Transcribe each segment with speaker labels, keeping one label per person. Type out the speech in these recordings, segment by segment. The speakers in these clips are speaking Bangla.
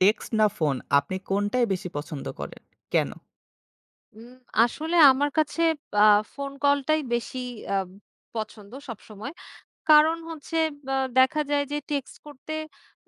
Speaker 1: টেক্সট না ফোন, আপনি কোনটাই বেশি পছন্দ করেন? কেন?
Speaker 2: উম আসলে আমার কাছে আ ফোন কলটাই বেশি আ পছন্দ সবসময়। কারণ হচ্ছে বা দেখা যায় যে টেক্সট করতে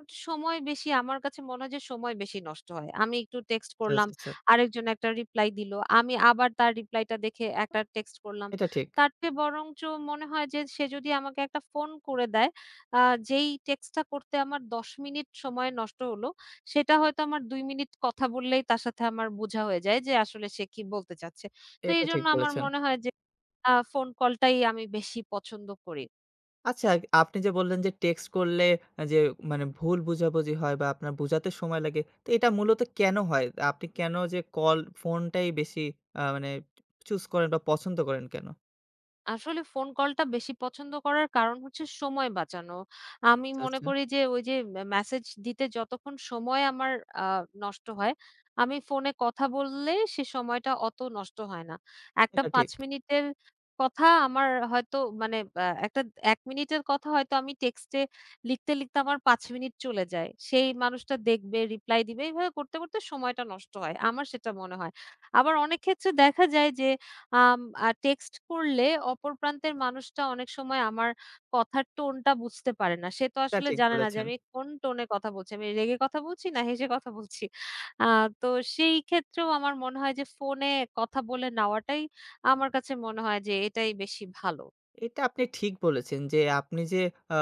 Speaker 2: একটু সময় বেশি আমার কাছে মনে হয় যে সময় বেশি নষ্ট হয়। আমি একটু টেক্সট
Speaker 1: আচ্ছা,
Speaker 2: করলাম,
Speaker 1: আচ্ছা, আচ্ছা।
Speaker 2: আরেকজন একটা রিপ্লাই দিল। আমি আবার তার রিপ্লাইটা দেখে একটা টেক্সট করলাম।
Speaker 1: এটা ঠিক।
Speaker 2: তার চেয়ে বরঞ্চ মনে হয় যে সে যদি আমাকে একটা ফোন করে দেয়, আ যেই টেক্সটটা করতে আমার ১০ মিনিট সময় নষ্ট হলো, সেটা হয়তো আমার ২ মিনিট কথা বললেই তার সাথে আমার বোঝা হয়ে যায় যে আসলে সে কি বলতে চাচ্ছে। তো
Speaker 1: এটা ঠিক
Speaker 2: এজন্য আমার
Speaker 1: বলেছেন।
Speaker 2: মনে হয় যে ফোন কলটাই আমি বেশি পছন্দ করি।
Speaker 1: আচ্ছা, আপনি যে বললেন যে টেক্সট করলে যে মানে ভুল বোঝাবুঝি হয় বা আপনার বোঝাতে সময় লাগে। তো এটা মূলত কেন হয়? আপনি কেন যে কল ফোনটাই বেশি মানে চুজ করেন বা পছন্দ করেন কেন?
Speaker 2: আসলে ফোন কলটা বেশি পছন্দ করার কারণ হচ্ছে সময় বাঁচানো। আমি
Speaker 1: আচ্ছা,
Speaker 2: মনে
Speaker 1: আচ্ছা।
Speaker 2: করি যে ওই যে মেসেজ দিতে যতক্ষণ সময় আমার আ নষ্ট হয়, আমি ফোনে কথা বললে সে সময়টা অত নষ্ট হয় না। একটা
Speaker 1: এটা
Speaker 2: ৫
Speaker 1: ঠিক।
Speaker 2: মিনিটের কথা আমার হয়তো মানে একটা ১ মিনিটের কথা হয়তো আমি টেক্সটে লিখতে, লিখতে আমার ৫ মিনিট চলে যায়। সেই মানুষটা দেখবে, রিপ্লাই দিবে। এভাবে করতে, করতে সময়টা নষ্ট হয়। আমার সেটা মনে হয়। আবার অনেক ক্ষেত্রে দেখা যায় যে আম আ টেক্সট করলে অপর প্রান্তের মানুষটা অনেক সময় আমার কথার টোনটা বুঝতে পারে না। সে তো
Speaker 1: এটা
Speaker 2: আসলে
Speaker 1: ঠিক
Speaker 2: জানে না যে
Speaker 1: বলেছেন।
Speaker 2: আমি কোন টোনে কথা বলছি। আমি রেগে কথা বলছি না হেসে কথা বলছি। আ তো সেই ক্ষেত্রেও আমার মনে হয় যে ফোনে কথা বলে নেওয়াটাই আমার কাছে মনে হয় যে এটাই বেশি ভালো।
Speaker 1: এটা আপনি ঠিক বলেছেন যে, আপনি যে আ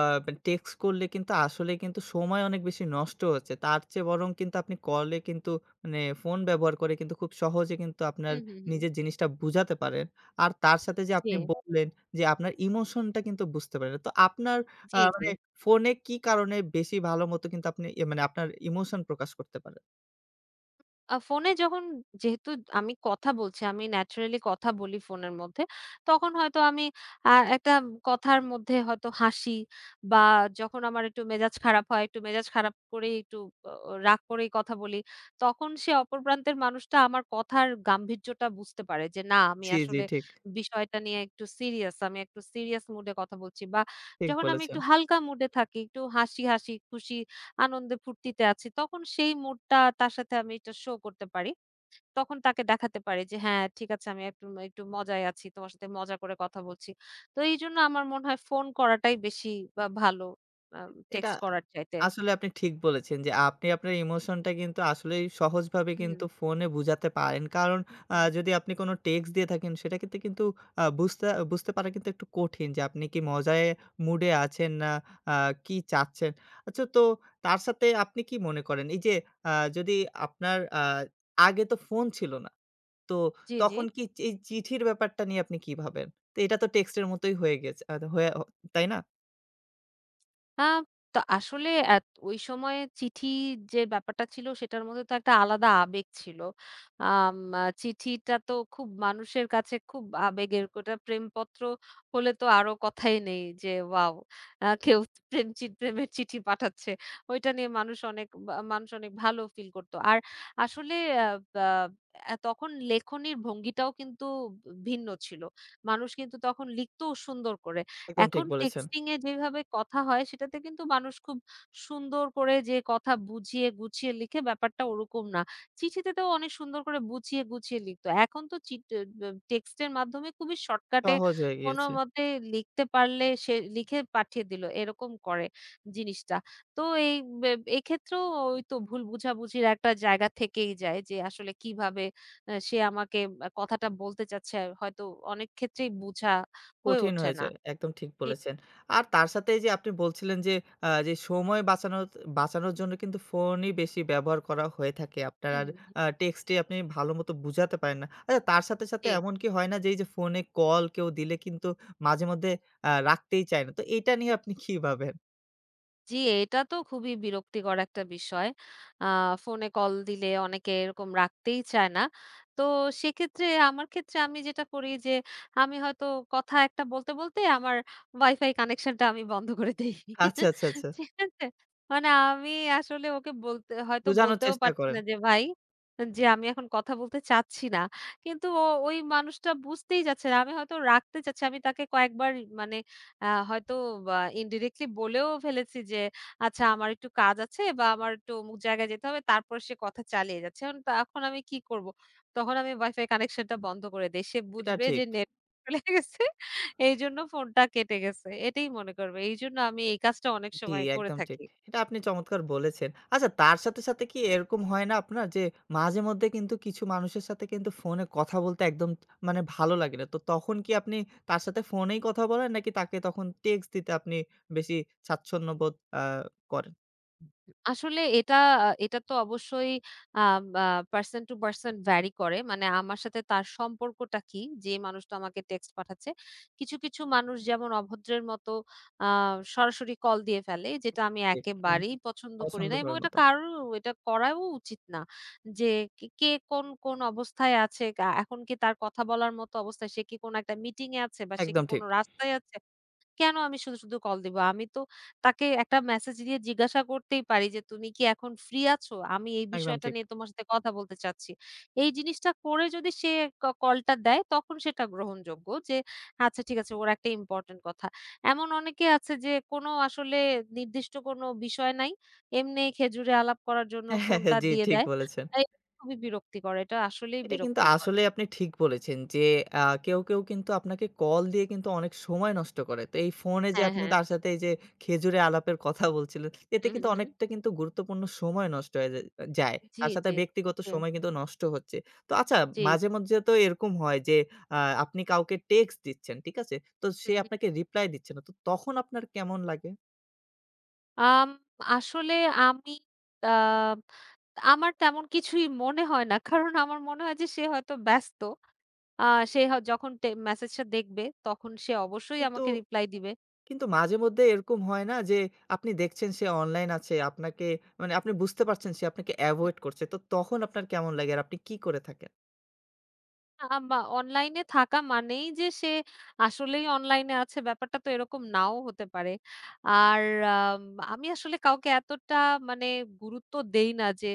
Speaker 1: টেক্সট করলে কিন্তু আসলে কিন্তু সময় অনেক বেশি নষ্ট হচ্ছে। তার চেয়ে বরং কিন্তু আপনি কলে কিন্তু মানে ফোন ব্যবহার করে কিন্তু খুব সহজে কিন্তু আপনার
Speaker 2: হুম, হুম, হুম।
Speaker 1: নিজের জিনিসটা বুঝাতে পারেন। আর তার সাথে যে আপনি
Speaker 2: জি,
Speaker 1: বললেন যে আপনার ইমোশনটা কিন্তু বুঝতে পারেন। তো আপনার
Speaker 2: জি, জি।
Speaker 1: মানে ফোনে কি কারণে বেশি ভালো মতো কিন্তু আপনি মানে আপনার ইমোশন প্রকাশ করতে পারেন?
Speaker 2: ফোনে যখন যেহেতু আমি কথা বলছি, আমি ন্যাচারালি কথা বলি ফোনের মধ্যে। তখন হয়তো আমি একটা কথার মধ্যে হয়তো হাসি বা যখন আমার একটু মেজাজ খারাপ হয়, একটু মেজাজ খারাপ করেই একটু রাগ করেই কথা বলি। তখন সে অপর প্রান্তের মানুষটা আমার কথার গাম্ভীর্যটা বুঝতে পারে যে, না আমি
Speaker 1: জি, জি
Speaker 2: আসলে
Speaker 1: ঠিক,
Speaker 2: বিষয়টা নিয়ে একটু সিরিয়াস। আমি একটু সিরিয়াস মুড এ কথা বলছি বা
Speaker 1: ঠিক
Speaker 2: যখন আমি
Speaker 1: বলেছেন।
Speaker 2: একটু হালকা মুড এ থাকি, একটু হাসি, হাসি খুশি আনন্দে ফুর্তিতে আছি। তখন সেই মুডটা তার সাথে আমি এটা শো করতে পারি। তখন তাকে দেখাতে পারি যে, "হ্যাঁ, ঠিক আছে আমি একটু একটু মজায় আছি। তোমার সাথে মজা করে কথা বলছি।" তো এইজন্য আমার মনে হয় ফোন করাটাই বেশি বা ভালো আ
Speaker 1: এটা
Speaker 2: টেক্সট করার চাইতে।
Speaker 1: আসলে আপনি ঠিক বলেছেন যে আপনি আপনার ইমোশনটা কিন্তু আসলেই সহজভাবে
Speaker 2: হুম,
Speaker 1: কিন্তু ফোনে বুঝাতে পারেন। কারণ
Speaker 2: হুম।
Speaker 1: যদি আপনি কোনো টেক্সট দিয়ে থাকেন সেটা কিন্তু কিন্তু বুঝতে বুঝতে পারা কিন্তু একটু কঠিন যে আপনি কি মুডে আছেন না আ কি চাচ্ছেন। আচ্ছা তো তার সাথে আপনি কি মনে করেন এই যে যদি আপনার আগে তো ফোন ছিল না। তো
Speaker 2: জি, জি।
Speaker 1: তখন কি এই চিঠির ব্যাপারটা নিয়ে আপনি কি ভাবেন? তো এটা তো টেক্সটের মতোই হয়ে গেছে আ হয়ে তাই না?
Speaker 2: আ তো আসলে এত ওই সময়ে চিঠি যে ব্যাপারটা ছিল সেটার মধ্যে তো একটা আলাদা আবেগ ছিল। আম আ চিঠিটা তো খুব মানুষের কাছে খুব আবেগের ওটা প্রেমপত্র হলে তো আরো কথাই নেই যে ওয়াও! কেউ প্রেমের চিঠি পাঠাচ্ছে। ওইটা নিয়ে মানুষ অনেক ভালো ফিল করত। আর আসলে আ বা অ্যা তখন লেখনির ভঙ্গিটাও কিন্তু ভিন্ন ছিল। মানুষ কিন্তু তখন লিখতও সুন্দর করে।
Speaker 1: একদম ঠিক
Speaker 2: এখন
Speaker 1: বলেছেন।
Speaker 2: টেক্সটিং এ যেভাবে কথা হয় সেটাতে কিন্তু মানুষ খুব সুন্দর করে যে কথা বুঝিয়ে গুছিয়ে লিখে ব্যাপারটা ওরকম না। চিঠিতে তো অনেক সুন্দর করে বুঝিয়ে গুছিয়ে লিখত। এখন তো চিট এ ব টেক্সট এর মাধ্যমে খুবই শর্টকাটে
Speaker 1: সহজ হয়ে গিয়েছে।
Speaker 2: কোনমতে লিখতে পারলে সে লিখে পাঠিয়ে দিল। এরকম করে জিনিসটা। তো এই বে এক্ষেত্রেও ওই তো ভুল বুঝাবুঝির একটা জায়গা থেকেই যায় যে আসলে কিভাবে সে আমাকে কথাটা বলতে চাচ্ছে হয়তো অনেক ক্ষেত্রেই বুঝা হয়ে
Speaker 1: কঠিন
Speaker 2: ওঠে
Speaker 1: হয়ে
Speaker 2: না।
Speaker 1: যায়। একদম ঠিক বলেছেন। আর তার সাথে এই যে আপনি বলছিলেন যে, যে সময় বাঁচানোর বাঁচানোর জন্য কিন্তু ফোনই বেশি ব্যবহার করা হয়ে থাকে আপনার।
Speaker 2: হুম,
Speaker 1: আর
Speaker 2: হুম, হুম।
Speaker 1: টেক্সটে আপনি ভালোমতো বুঝাতে পারেন না। আচ্ছা তার সাথে, সাথে
Speaker 2: জি,
Speaker 1: এমন কি হয় না যে এই যে ফোনে কল কেউ দিলে কিন্তু মাঝে মধ্যে রাখতেই চায় না। তো এটা নিয়ে আপনি কি ভাবেন?
Speaker 2: জি, এটা তো খুবই বিরক্তিকর একটা বিষয়। আ ফোনে কল দিলে অনেকে এরকম রাখতেই চায় না। তো সেক্ষেত্রে আমার ক্ষেত্রে আমি যেটা করি যে, আমি হয়তো কথা একটা বলতে, বলতে আমার Wi-Fi connection টা আমি বন্ধ করে দেই।
Speaker 1: আচ্ছা, আচ্ছা, আচ্ছা।
Speaker 2: ঠিক আছে? মানে আমি আসলে ওকে বলতে হয়তো
Speaker 1: বুঝানোর
Speaker 2: বলতেও
Speaker 1: চেষ্টা
Speaker 2: পারছি
Speaker 1: করেন।
Speaker 2: না যে ভাই, যে আমি এখন কথা বলতে চাচ্ছি না। কিন্তু ওই মানুষটা বুঝতেই চাচ্ছে না। আমি হয়তো রাখতে চাচ্ছি। আমি তাকে কয়েকবার মানে হয়তো বা ইনডিরেক্টলি বলেও ফেলেছি যে, "আচ্ছা আমার একটু কাজ আছে বা আমার একটু অমুক জায়গায় যেতে হবে।" তারপর সে কথা চালিয়ে যাচ্ছে। এখন তখন আমি কি করব? তখন আমি ওয়াইফাই কানেকশনটা বন্ধ করে দেই। সে
Speaker 1: এটা
Speaker 2: বুঝবে
Speaker 1: ঠিক।
Speaker 2: যে নেট চলে গেছে। এইজন্য ফোনটা কেটে গেছে। এটাই মনে করবে। এইজন্য আমি এই কাজটা অনেক
Speaker 1: জি,
Speaker 2: সময় করে
Speaker 1: একদম ঠিক।
Speaker 2: থাকি।
Speaker 1: এটা আপনি চমৎকার বলেছেন। আচ্ছা তার সাথে, সাথে কি এরকম হয় না আপনার যে মাঝে মধ্যে কিন্তু কিছু মানুষের সাথে কিন্তু ফোনে কথা বলতে একদম মানে ভালো লাগে না। তো তখন কি আপনি তার সাথে ফোনেই কথা বলেন নাকি তাকে তখন টেক্সট দিতে আপনি বেশি স্বাচ্ছন্দ্যবোধ আ করেন?
Speaker 2: আসলে এটা এটা তো অবশ্যই আ আ পারসন টু পারসন ভ্যারি করে। মানে আমার সাথে তার সম্পর্কটা কি? যে মানুষটা আমাকে টেক্সট পাঠাচ্ছে। কিছু, কিছু মানুষ যেমন অভদ্রের মতো আ সরাসরি কল দিয়ে ফেলে যেটা আমি
Speaker 1: জি, হুম,
Speaker 2: একেবারেই পছন্দ করি
Speaker 1: পছন্দ
Speaker 2: না এবং
Speaker 1: করার
Speaker 2: এটা
Speaker 1: মতন।
Speaker 2: কারোর এটা করাও উচিত না। যে কে কে কোন, কোন অবস্থায় আছে? এখন কি তার কথা বলার মতো অবস্থায় সে কি কোনো একটা মিটিং এ আছে বা সে কি
Speaker 1: একদম ঠিক,
Speaker 2: কোনো রাস্তায় আছে? কেন আমি শুধু, শুধু কল দিব? আমি তো তাকে একটা মেসেজ দিয়ে জিজ্ঞাসা করতেই পারি যে, "তুমি কি এখন ফ্রি আছো? আমি এই
Speaker 1: একদম
Speaker 2: বিষয়টা
Speaker 1: ঠিক।
Speaker 2: নিয়ে তোমার সাথে কথা বলতে চাচ্ছি।" এই জিনিসটা করে যদি সে কলটা দেয় তখন সেটা গ্রহণযোগ্য যে, আচ্ছা ঠিক আছে ওর একটা ইম্পোর্টেন্ট কথা। এমন অনেকে আছে যে কোনো আসলে নির্দিষ্ট কোনো বিষয় নাই। এমনি খেজুরে আলাপ করার জন্য
Speaker 1: হ্যাঁ, হ্যাঁ, হ্যাঁ,
Speaker 2: ফোনটা
Speaker 1: জি
Speaker 2: দিয়ে
Speaker 1: ঠিক
Speaker 2: দেয়।
Speaker 1: বলেছেন।
Speaker 2: এই খুবই বিরক্তিকর। এটা আসলেই
Speaker 1: এটা কিন্তু
Speaker 2: বিরক্তিকর।
Speaker 1: আসলেই আপনি ঠিক বলেছেন যে কেউ, কেউ কিন্তু আপনাকে কল দিয়ে কিন্তু অনেক সময় নষ্ট করে। তো এই ফোনে যে
Speaker 2: হ্যাঁ,
Speaker 1: আপনি
Speaker 2: হ্যাঁ।
Speaker 1: তার সাথে এই যে খেজুরে আলাপের কথা বলছিলেন, এতে
Speaker 2: হুম, হুম,
Speaker 1: কিন্তু
Speaker 2: হুম।
Speaker 1: অনেকটা কিন্তু গুরুত্বপূর্ণ সময় নষ্ট হয়ে যায়।
Speaker 2: জি,
Speaker 1: তার সাথে
Speaker 2: জি,
Speaker 1: ব্যক্তিগত
Speaker 2: জি,
Speaker 1: সময় কিন্তু নষ্ট হচ্ছে। তো আচ্ছা
Speaker 2: জি।
Speaker 1: মাঝে-মধ্যে তো এরকম হয় যে আ আপনি কাউকে টেক্সট দিচ্ছেন, ঠিক আছে? তো সে
Speaker 2: হুম।
Speaker 1: আপনাকে রিপ্লাই দিচ্ছে না। তো তখন আপনার কেমন লাগে?
Speaker 2: আম আসলে আমি আ আমার তেমন কিছুই মনে হয় না। কারণ আমার মনে হয় যে সে হয়তো ব্যস্ত। আ সে হ যখন মেসেজটা দেখবে তখন সে অবশ্যই
Speaker 1: কিন্তু
Speaker 2: আমাকে রিপ্লাই দিবে।
Speaker 1: কিন্তু মাঝে মধ্যে এরকম হয় না যে আপনি দেখছেন সে অনলাইন আছে আপনাকে মানে আপনি বুঝতে পারছেন সে আপনাকে এভয়েড করছে। তো তখন আপনার কেমন লাগে আর আপনি কি করে থাকেন?
Speaker 2: আ বা অনলাইনে থাকা মানেই যে সে আসলেই অনলাইনে আছে ব্যাপারটা তো এরকম নাও হতে পারে। আর আম আমি আসলে কাউকে এতটা মানে গুরুত্ব দেই না যে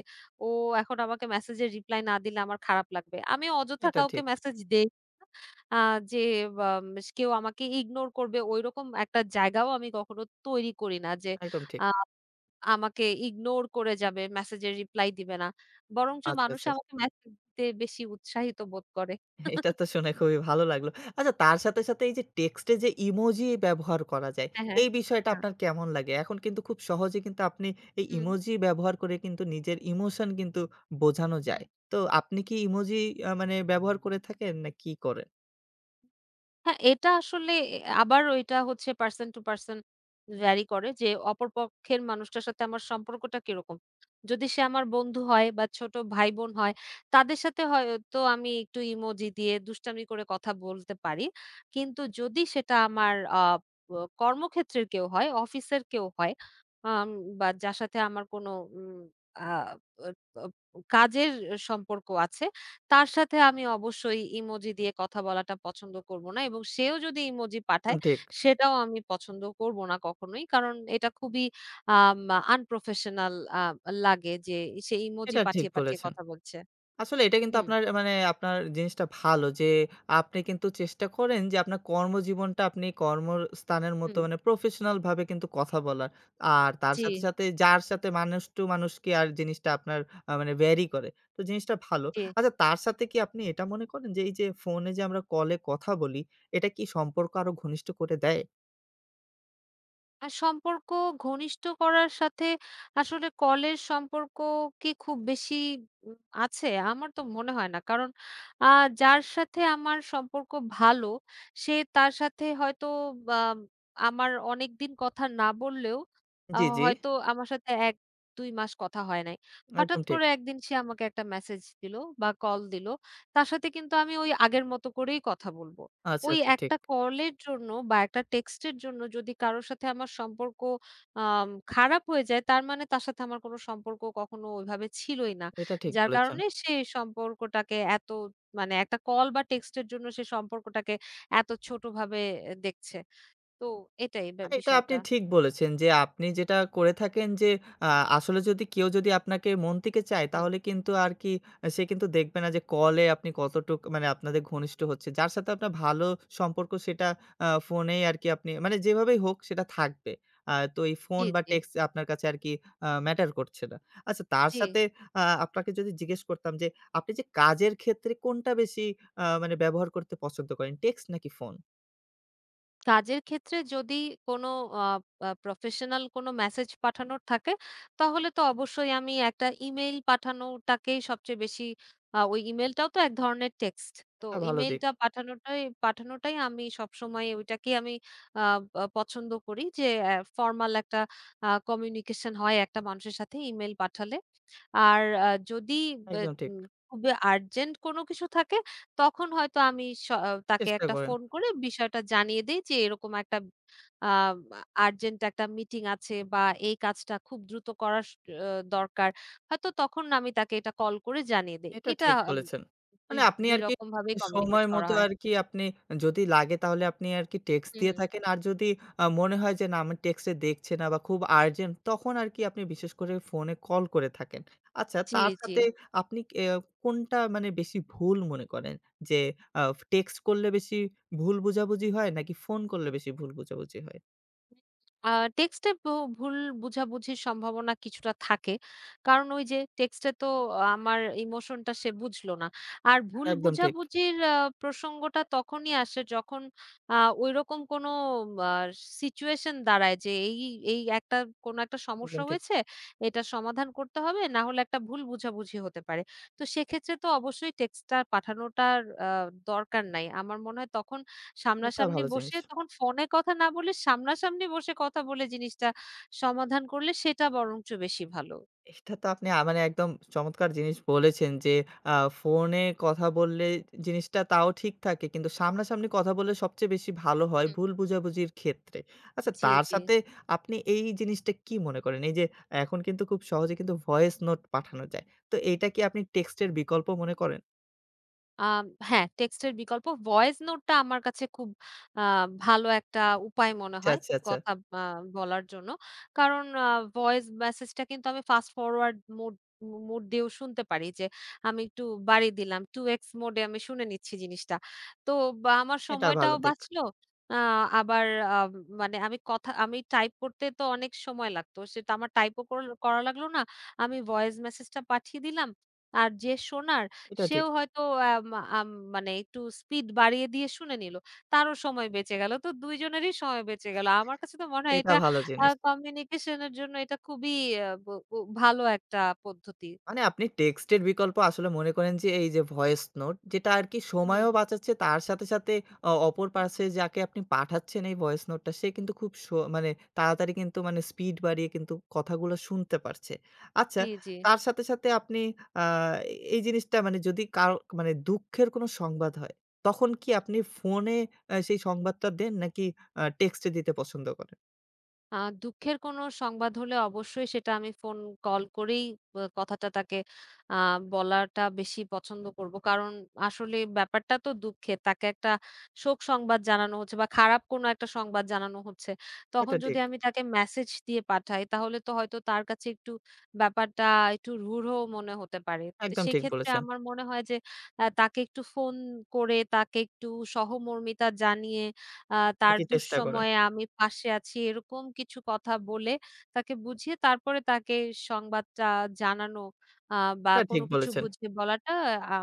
Speaker 2: ও এখন আমাকে মেসেজের রিপ্লাই না দিলে আমার খারাপ লাগবে। আমি অযথা
Speaker 1: এটা
Speaker 2: কাউকে
Speaker 1: ঠিক।
Speaker 2: মেসেজ দেই না। আ যে বাম কেউ আমাকে ইগনোর করবে ঐরকম একটা জায়গাও আমি কখনো তৈরি করি না যে
Speaker 1: একদম ঠিক।
Speaker 2: আ আমাকে ইগনোর করে যাবে, মেসেজের রিপ্লাই দিবে না। বরঞ্চ
Speaker 1: আচ্ছা,
Speaker 2: মানুষ
Speaker 1: আচ্ছা।
Speaker 2: আমাকে মেসেজ দিতে বেশি উৎসাহিত বোধ করে।
Speaker 1: এটা তো শুনে খুবই ভালো লাগলো। আচ্ছা তার সাথে, সাথে এই যে টেক্সটে যে ইমোজি ব্যবহার করা যায়,
Speaker 2: হ্যাঁ, হ্যাঁ।
Speaker 1: এই বিষয়টা
Speaker 2: আ
Speaker 1: আপনার কেমন লাগে? এখন কিন্তু খুব সহজে কিন্তু আপনি এই
Speaker 2: হুম।
Speaker 1: ইমোজি ব্যবহার করে কিন্তু নিজের ইমোশন কিন্তু বোঝানো যায়। তো আপনি কি ইমোজি মানে ব্যবহার করে থাকেন না কি করেন?
Speaker 2: হ্যাঁ, এটা আসলে এ আবার এটা হচ্ছে পারসন টু পারসন ভ্যারি করে যে অপর পক্ষের মানুষটার সাথে আমার সম্পর্কটা কিরকম। যদি সে আমার বন্ধু হয় বা ছোট ভাই-বোন হয়, তাদের সাথে হয়তো আমি একটু ইমোজি দিয়ে দুষ্টামি করে কথা বলতে পারি। কিন্তু যদি সেটা আমার আ ব কর্মক্ষেত্রের কেউ হয়, অফিসের কেউ হয়, আম বা যার সাথে আমার কোনো উম আ অ অ কাজের সম্পর্ক আছে তার সাথে আমি অবশ্যই ইমোজি দিয়ে কথা বলাটা পছন্দ করব না এবং সেও যদি ইমোজি
Speaker 1: একদম
Speaker 2: পাঠায়
Speaker 1: ঠিক।
Speaker 2: সেটাও আমি পছন্দ করব না কখনোই। কারণ এটা খুবই আম আনপ্রফেশনাল আ লাগে যে সে ইমোজি
Speaker 1: এটা ঠিক
Speaker 2: পাঠিয়ে, পাঠিয়ে
Speaker 1: বলেছেন।
Speaker 2: কথা বলছে।
Speaker 1: আসলে এটা কিন্তু
Speaker 2: হুম,
Speaker 1: আপনার মানে আপনার জিনিসটা ভালো যে আপনি কিন্তু চেষ্টা করেন যে আপনার কর্মজীবনটা আপনি কর্মস্থানের মতো
Speaker 2: হুম।
Speaker 1: মানে প্রফেশনাল ভাবে কিন্তু কথা বলার। আর তার
Speaker 2: জি,
Speaker 1: সাথে, সাথে যার সাথে মানুষ টু মানুষ কি আর জিনিসটা আপনার মানে ভ্যারি করে। তো জিনিসটা ভালো।
Speaker 2: জি।
Speaker 1: আচ্ছা তার সাথে কি আপনি এটা মনে করেন যে এই যে ফোনে যে আমরা কলে কথা বলি এটা কি সম্পর্ক আরো ঘনিষ্ঠ করে দেয়?
Speaker 2: আর সম্পর্ক ঘনিষ্ঠ করার সাথে আসলে কলের সম্পর্ক কি খুব বেশি উম আছে? আমার তো মনে হয় না। কারণ আ যার সাথে আমার সম্পর্ক ভালো, সে তার সাথে হয়তো বা আমার অনেকদিন কথা না বললেও
Speaker 1: জি, জি।
Speaker 2: হয়তো আমার সাথে ১-২ মাস কথা হয় নাই।
Speaker 1: একদম
Speaker 2: হঠাৎ
Speaker 1: ঠিক।
Speaker 2: করে একদিন সে আমাকে একটা মেসেজ দিল বা কল দিল। তার সাথে কিন্তু আমি ওই আগের মতো করেই কথা বলব।
Speaker 1: আচ্ছা,
Speaker 2: ওই
Speaker 1: আচ্ছা ঠিক।
Speaker 2: একটা কলের জন্য বা একটা টেক্সটের জন্য যদি কারো সাথে আমার সম্পর্ক খারাপ হয়ে যায়, তার মানে তার সাথে আমার কোনো সম্পর্ক কখনো ওইভাবে ছিলই না।
Speaker 1: এটা ঠিক
Speaker 2: যার
Speaker 1: বলেছেন।
Speaker 2: কারণে সে সম্পর্কটাকে এত মানে একটা কল বা টেক্সটের জন্য সে সম্পর্কটাকে এত ছোটভাবে দেখছে। তো এটাই ব্যা
Speaker 1: এটা আপনি
Speaker 2: বিষয়টা।
Speaker 1: ঠিক বলেছেন যে, আপনি যেটা করে থাকেন যে, আ আসলে যদি কেউ যদি আপনাকে মন থেকে চায়
Speaker 2: হুম।
Speaker 1: তাহলে কিন্তু আর কি সে কিন্তু দেখবে না যে, কলে আপনি কতটুক মানে আপনাদের ঘনিষ্ঠ হচ্ছে। যার সাথে আপনার ভালো সম্পর্ক সেটা ফোনেই আরকি আপনি মানে যেভাবেই হোক সেটা থাকবে। তো এই ফোন
Speaker 2: জি,
Speaker 1: বা
Speaker 2: জি,
Speaker 1: টেক্সট আপনার কাছে আরকি ম্যাটার করছে না। আচ্ছা তার
Speaker 2: জি।
Speaker 1: সাথে আপনাকে যদি জিজ্ঞেস করতাম যে, আপনি যে, কাজের ক্ষেত্রে কোনটা বেশি মানে ব্যবহার করতে পছন্দ করেন? টেক্সট নাকি ফোন?
Speaker 2: কাজের ক্ষেত্রে যদি কোনো আ আ প্রফেশনাল কোনো মেসেজ পাঠানোর থাকে, তাহলে তো অবশ্যই আমি একটা ইমেইল পাঠানোটাকেই সবচেয়ে বেশি ওই ইমেইলটাও তো এক ধরনের টেক্সট। তো
Speaker 1: একটা ভালো দিক।
Speaker 2: ইমেইলটা পাঠানোটাই পাঠানোটাই আমি সবসময় ওইটাকেই আমি আ আ পছন্দ করি যে, ফরমাল একটা কমিউনিকেশন হয় একটা মানুষের সাথে ইমেইল পাঠালে। আর যদি বে
Speaker 1: একদম ঠিক।
Speaker 2: উম খুবই আর্জেন্ট কোনো কিছু থাকে তখন হয়তো আমি তাকে
Speaker 1: চেষ্টা
Speaker 2: একটা
Speaker 1: করেন।
Speaker 2: ফোন করে বিষয়টা জানিয়ে দেই যে এরকম একটা আ আর্জেন্ট একটা মিটিং আছে বা এই কাজটা খুব দ্রুত করা স আ দরকার। হয়তো তখন আমি তাকে এটা কল করে জানিয়ে দেই।
Speaker 1: এটা
Speaker 2: এটা
Speaker 1: ঠিক
Speaker 2: আম
Speaker 1: বলেছেন।
Speaker 2: ২,
Speaker 1: মানে আপনি
Speaker 2: ২
Speaker 1: আরকি
Speaker 2: রকম ভাবেই
Speaker 1: মানে
Speaker 2: কমিউনিকেট
Speaker 1: সময়
Speaker 2: করা
Speaker 1: মতো
Speaker 2: হয়।
Speaker 1: আরকি আপনি যদি লাগে তাহলে আপনি আরকি টেক্সট
Speaker 2: হু,
Speaker 1: দিয়ে
Speaker 2: হুম।
Speaker 1: থাকেন। আর যদি মনে হয় যে না আমার টেক্সটে দেখছে না বা খুব আর্জেন্ট তখন আরকি আপনি বিশেষ করে ফোনে কল করে থাকেন। আচ্ছা
Speaker 2: জি,
Speaker 1: তার
Speaker 2: জি।
Speaker 1: সাথে আপনি কোনটা মানে বেশি ভুল মনে করেন? যে আ টেক্সট করলে বেশি ভুল বোঝাবুঝি হয় নাকি ফোন করলে বেশি ভুল বোঝাবুঝি হয়?
Speaker 2: আ টেক্সটে ভুল বোঝাবুঝির সম্ভাবনা কিছুটা থাকে। কারণ ওই যে টেক্সটে তো আমার ইমোশনটা সে বুঝল না। আর ভুল
Speaker 1: একদম ঠিক,
Speaker 2: বোঝাবুঝির প্রসঙ্গটা তখনই আসে যখন আ ঐরকম কোনো আ সিচুয়েশন দাঁড়ায় যে এই একটা কোনো একটা সমস্যা
Speaker 1: একদম ঠিক।
Speaker 2: হয়েছে, এটা সমাধান করতে হবে না হলে একটা ভুল বোঝাবুঝি হতে পারে। তো সেক্ষেত্রে তো অবশ্যই টেক্সটটা পাঠানোটার আ দরকার নাই। আমার মনে হয় তখন
Speaker 1: এটা
Speaker 2: সামনাসামনি
Speaker 1: ভালো জিনিস।
Speaker 2: বসে তখন ফোনে কথা না বলে সামনাসামনি বসে কথা বলে জিনিসটা সমাধান করলে সেটা বরঞ্চ বেশি ভালো।
Speaker 1: এটা তো আপনি মানে একদম চমৎকার জিনিস বলেছেন যে, আ ফোনে কথা বললে জিনিসটা তাও ঠিক থাকে। কিন্তু সামনাসামনি কথা বললে সবচেয়ে বেশি ভালো হয়
Speaker 2: হুম।
Speaker 1: ভুল বোঝাবুঝির ক্ষেত্রে। আচ্ছা
Speaker 2: জি,
Speaker 1: তার
Speaker 2: জি।
Speaker 1: সাথে আপনি এই জিনিসটা কি মনে করেন? এই যে এখন কিন্তু খুব সহজে কিন্তু ভয়েস নোট পাঠানো যায়। তো এইটা কি আপনি টেক্সটের বিকল্প মনে করেন?
Speaker 2: আম হ্যাঁ, টেক্সটের বিকল্প ভয়েস নোটটা আমার কাছে খুব আ ভালো একটা উপায় মনে
Speaker 1: আচ্ছা,
Speaker 2: হয়
Speaker 1: আচ্ছা, আচ্ছা।
Speaker 2: কথা আ বলার জন্য। কারণ ভয়েস মেসেজটা কিন্তু আমি ফাস্ট ফরওয়ার্ড মোড মোড দিয়েও শুনতে পারি যে আমি একটু বাড়িয়ে দিলাম। 2x মোডে আমি শুনে নিচ্ছি জিনিসটা। তো আমার
Speaker 1: এটা ভালো
Speaker 2: সময়টাও
Speaker 1: দিক।
Speaker 2: বাঁচলো। আ আবার আ মানে আমি টাইপ করতে তো অনেক সময় লাগতো। সেটা আমার টাইপও করা লাগলো না। আমি ভয়েস মেসেজটা পাঠিয়ে দিলাম। আর যে শোনার
Speaker 1: এটা ঠিক।
Speaker 2: সেও হয়তো আম আম মানে একটু স্পিড বাড়িয়ে দিয়ে শুনে নিল। তারও সময় বেঁচে গেল। তো ২ জনেরই সময় বেঁচে গেল। আমার কাছে তো মনে হয়
Speaker 1: এটা
Speaker 2: এটা
Speaker 1: ভালো জিনিস।
Speaker 2: কমিউনিকেশন এর জন্য এটা খুবই আ ব ব ভালো একটা পদ্ধতি।
Speaker 1: মানে আপনি টেক্সটের বিকল্প আসলে মনে করেন যে এই যে ভয়েস নোট যেটা আর কি
Speaker 2: হুম,
Speaker 1: সময়ও
Speaker 2: হুম।
Speaker 1: বাঁচাচ্ছে তার সাথে সাথে অপর পাশে যাকে আপনি পাঠাচ্ছেন এই ভয়েস নোটটা সে কিন্তু খুব মানে তাড়াতাড়ি কিন্তু মানে স্পিড বাড়িয়ে কিন্তু কথাগুলো শুনতে পারছে। আচ্ছা
Speaker 2: জি, জি।
Speaker 1: তার সাথে, সাথে আপনি আ এই জিনিসটা মানে যদি কারো মানে দুঃখের কোনো সংবাদ হয় তখন কি আপনি ফোনে সেই সংবাদটা দেন নাকি টেক্সটে দিতে পছন্দ করেন?
Speaker 2: আ দুঃখের কোনো সংবাদ হলে অবশ্যই সেটা আমি ফোন কল করেই কথাটা তাকে আ বলাটা বেশি পছন্দ করব। কারণ আসলে ব্যাপারটা তো দুঃখের। তাকে একটা শোক সংবাদ জানানো হচ্ছে বা খারাপ কোনো একটা সংবাদ জানানো হচ্ছে। তখন
Speaker 1: এটা
Speaker 2: যদি
Speaker 1: ঠিক।
Speaker 2: আমি তাকে মেসেজ দিয়ে পাঠাই তাহলে তো হয়তো তার কাছে একটু ব্যাপারটা একটু রূঢ় মনে হতে পারে। তো
Speaker 1: একদম ঠিক
Speaker 2: সেক্ষেত্রে
Speaker 1: বলেছেন।
Speaker 2: আমার মনে হয় যে তাকে একটু ফোন করে তাকে একটু সহমর্মিতা জানিয়ে আ
Speaker 1: আর
Speaker 2: তার
Speaker 1: কি চেষ্টা করেন।
Speaker 2: দুঃসময়ে আমি পাশে আছি এরকম কিছু কথা বলে তাকে বুঝিয়ে তারপরে তাকে সংবাদটা জানানো আ বা
Speaker 1: এটা ঠিক
Speaker 2: কোনো কিছু
Speaker 1: বলেছেন।
Speaker 2: বুঝিয়ে বলাটা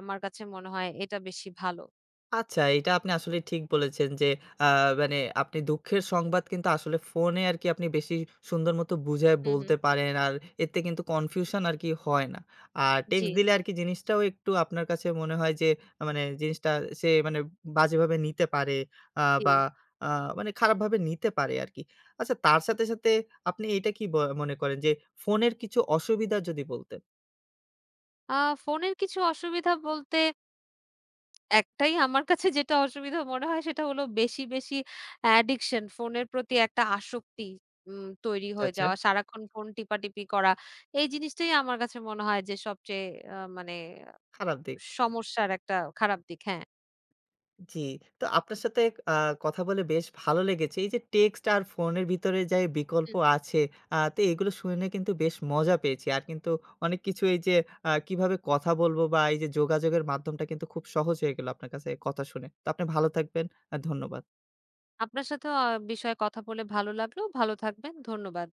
Speaker 2: আমার কাছে মনে হয় এটা বেশি ভালো।
Speaker 1: আচ্ছা, এটা আপনি আসলে ঠিক বলেছেন যে, আ মানে আপনি দুঃখের সংবাদ কিন্তু আসলে ফোনে আরকি আপনি বেশি সুন্দর মতো বুঝায়
Speaker 2: হুম, হুম।
Speaker 1: বলতে পারেন। আর এতে কিন্তু কনফিউশন আরকি হয় না। আর
Speaker 2: জি,
Speaker 1: টেক্সট দিলে আরকি জিনিসটাও একটু আপনার কাছে মনে হয় যে, মানে জিনিসটা সে মানে বাজেভাবে নিতে পারে
Speaker 2: জি।
Speaker 1: বা আ মানে খারাপভাবে নিতে পারে আরকি। আচ্ছা তার সাথে, সাথে আপনি এটা কি মনে করেন যে, ফোনের কিছু অসুবিধা যদি বলতেন?
Speaker 2: আ ফোনের কিছু অসুবিধা বলতে একটাই আমার কাছে যেটা অসুবিধা মনে হয় সেটা হলো বেশি, বেশি অ্যাডিকশন ফোনের প্রতি একটা আসক্তি তৈরি
Speaker 1: আচ্ছা,
Speaker 2: হয়ে
Speaker 1: আচ্ছা।
Speaker 2: যাওয়া। সারাক্ষণ ফোন টিপাটিপি করা। এই জিনিসটাই আমার কাছে মনে হয় যে সবচেয়ে মানে
Speaker 1: খারাপ দিক?
Speaker 2: সমস্যার একটা খারাপ দিক। হ্যাঁ।
Speaker 1: জি, তো আপনার সাথে আ কথা বলে বেশ ভালো লেগেছে। এই যে টেক্সট আর ফোনের ভিতরে যে বিকল্প
Speaker 2: হুম।
Speaker 1: আছে, তো এগুলো শুনে কিন্তু বেশ মজা পেয়েছি। আর কিন্তু অনেক কিছু এই যে কিভাবে কথা বলবো বা এই যে যোগাযোগের মাধ্যমটা কিন্তু খুব সহজ হয়ে গেল আপনার কাছে কথা শুনে। তো আপনি ভালো থাকবেন। ধন্যবাদ।
Speaker 2: আপনার সাথেও বিষয়ে কথা বলে ভালো লাগলো। ভালো থাকবেন। ধন্যবাদ।